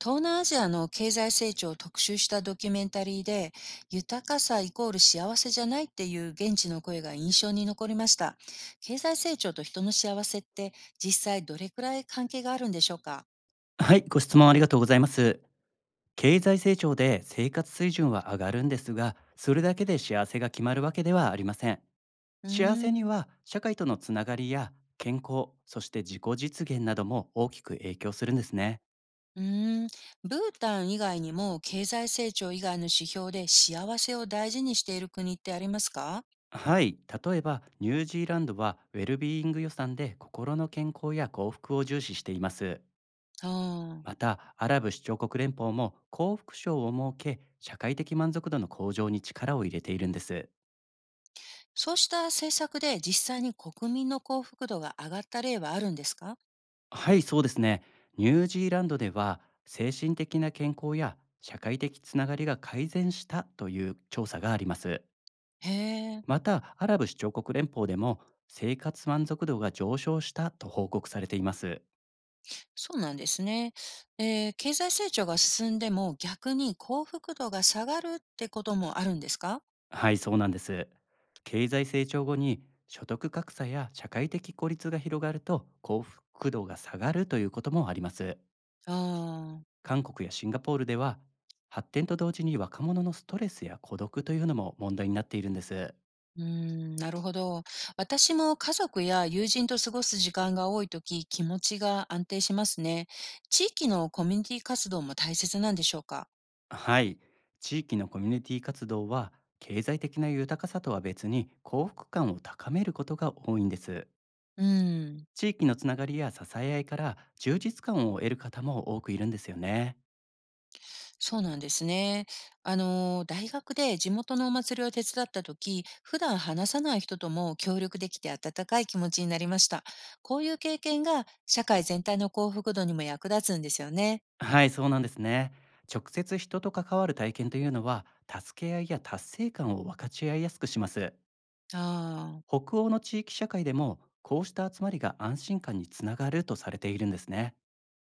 東南アジアの経済成長を特集したドキュメンタリーで、豊かさイコール幸せじゃないっていう現地の声が印象に残りました。経済成長と人の幸せって実際どれくらい関係があるんでしょうか？はい、ご質問ありがとうございます。経済成長で生活水準は上がるんですが、それだけで幸せが決まるわけではありません。う幸せにーん。は社会とのつながりや健康、そして自己実現なども大きく影響するんですね。うーん。ブータン以外にも経済成長以外の指標で幸せを大事にしている国ってありますか？はい、例えばニュージーランドはウェルビーイング予算で心の健康や幸福を重視しています。あまあ。た、アラブ首長国連邦も幸福賞を設け、社会的満足度の向上に力を入れているんです。そうした政策で実際に国民の幸福度が上がった例はあるんですか？はい、そうですね。ニュージーランドでは精神的な健康や社会的つながりが改善したという調査があります。へえ。また、アラブ首長国連邦でも生活満足度が上昇したと報告されています。そうなんですね。経済成長が進んでも逆に幸福度が下がるってこともあるんですか？はい、そうなんです。経済成長後に所得格差や社会的孤立が広がると幸福度が下がるということもあります。ああ。韓国やシンガポールでは発展と同時に若者のストレスや孤独というのも問題になっているんです。うーん、なるほど。私も家族や友人と過ごす時間が多いとき気持ちが安定しますね。地域のコミュニティ活動も大切なんでしょうか？はい。地域のコミュニティ活動は、経済的な豊かさとは別に幸福感を高めることが多いんです。うん。地域のつながりや支え合いから充実感を得る方も多くいるんですよね。そうなんですね。大学で地元のお祭りを手伝った時、普段話さない人とも協力できて温かい気持ちになりました。こういう経験が社会全体の幸福度にも役立つんですよね。はい、そうなんですね。直接人と関わる体験というのは、助け合いや達成感を分かち合いやすくします。ああ。北欧の地域社会でも、こうした集まりが安心感につながるとされているんですね。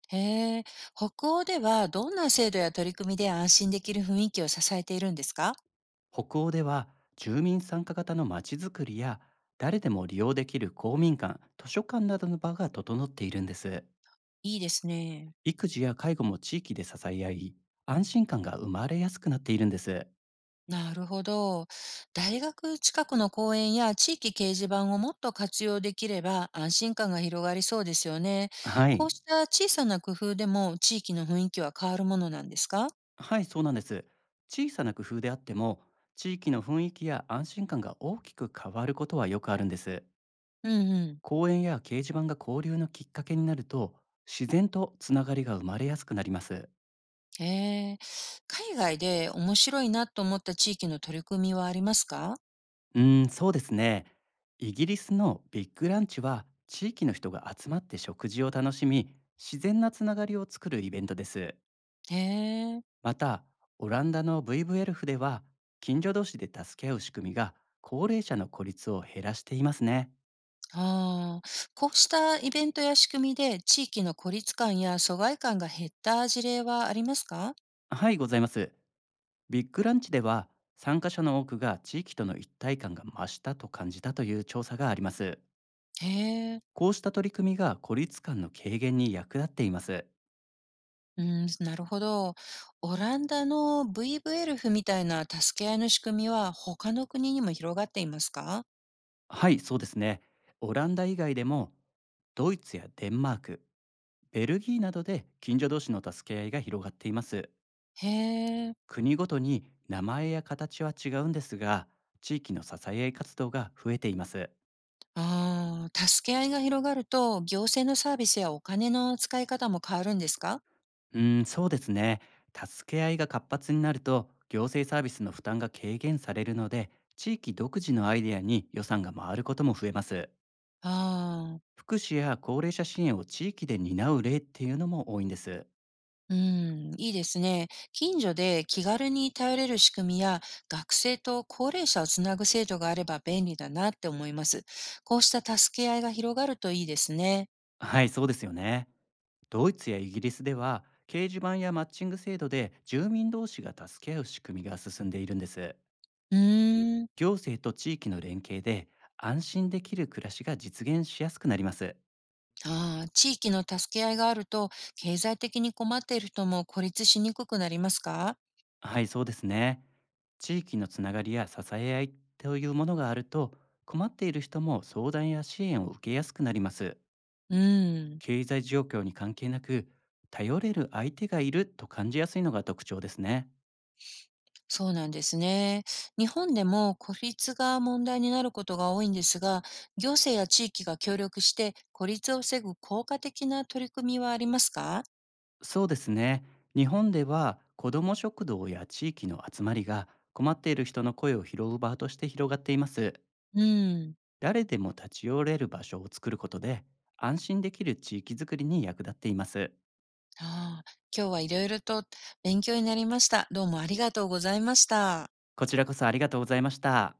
へえ。北欧ではどんな制度や取り組みで安心できる雰囲気を支えているんですか？北欧では住民参加型の街づくりや、誰でも利用できる公民館、図書館などの場が整っているんです。いいですね。育児や介護も地域で支え合い、安心感が生まれやすくなっているんです。なるほど。大学近くの公園や地域掲示板をもっと活用できれば安心感が広がりそうですよね。はこうい。した小さな工夫でも地域の雰囲気は変わるものなんですか？はい、そうなんです。小さな工夫であっても、地域の雰囲気や安心感が大きく変わることはよくあるんです。うんうん。公園や掲示板が交流のきっかけになると、自然とつながりが生まれやすくなります。へえ。海外で面白いなと思った地域の取り組みはありますか？そうですね。イギリスのビッグランチは、地域の人が集まって食事を楽しみ、自然なつながりを作るイベントです。へえ。また、オランダの VVLF では、近所同士で助け合う仕組みが高齢者の孤立を減らしていますね。ああ。こうしたイベントや仕組みで地域の孤立感や疎外感が減った事例はありますか？はい、ございます。ビッグランチでは、参加者の多くが地域との一体感が増したと感じたという調査があります。へえ。こうした取り組みが孤立感の軽減に役立っています。うーん、なるほど。オランダの VVLF みたいな助け合いの仕組みは他の国にも広がっていますか？はい、そうですね。オランダ以外でも、ドイツやデンマーク、ベルギーなどで近所同士の助け合いが広がっています。へえ。国ごとに名前や形は違うんですが、地域の支え合い活動が増えています。ああ、助け合いが広がると行政のサービスやお金の使い方も変わるんですか？そうですね。助け合いが活発になると行政サービスの負担が軽減されるので、地域独自のアイデアに予算が回ることも増えます。ああ、福祉や高齢者支援を地域で担う例っていうのも多いんです。うん、いいですね。近所で気軽に頼れる仕組みや学生と高齢者をつなぐ制度があれば便利だなって思います。こうした助け合いが広がるといいですね。はい、そうですよね。ドイツやイギリスでは、掲示板やマッチング制度で住民同士が助け合う仕組みが進んでいるんです。うーん。行政と地域の連携で、安心できる暮らしが実現しやすくなります。ああ、地域の助け合いがあると、経済的に困っている人も孤立しにくくなりますか？はい、そうですね。地域のつながりや支え合いというものがあると、困っている人も相談や支援を受けやすくなります。うん、経済状況に関係なく、頼れる相手がいると感じやすいのが特徴ですね。そうなんですね。日本でも孤立が問題になることが多いんですが、行政や地域が協力して孤立を防ぐ効果的な取り組みはありますか？そうですね。日本では子ども食堂や地域の集まりが、困っている人の声を拾う場として広がっています。うん、誰でも立ち寄れる場所を作ることで、安心できる地域づくりに役立っています。ああ、今日はいろいろと勉強になりました。どうもありがとうございました。こちらこそありがとうございました。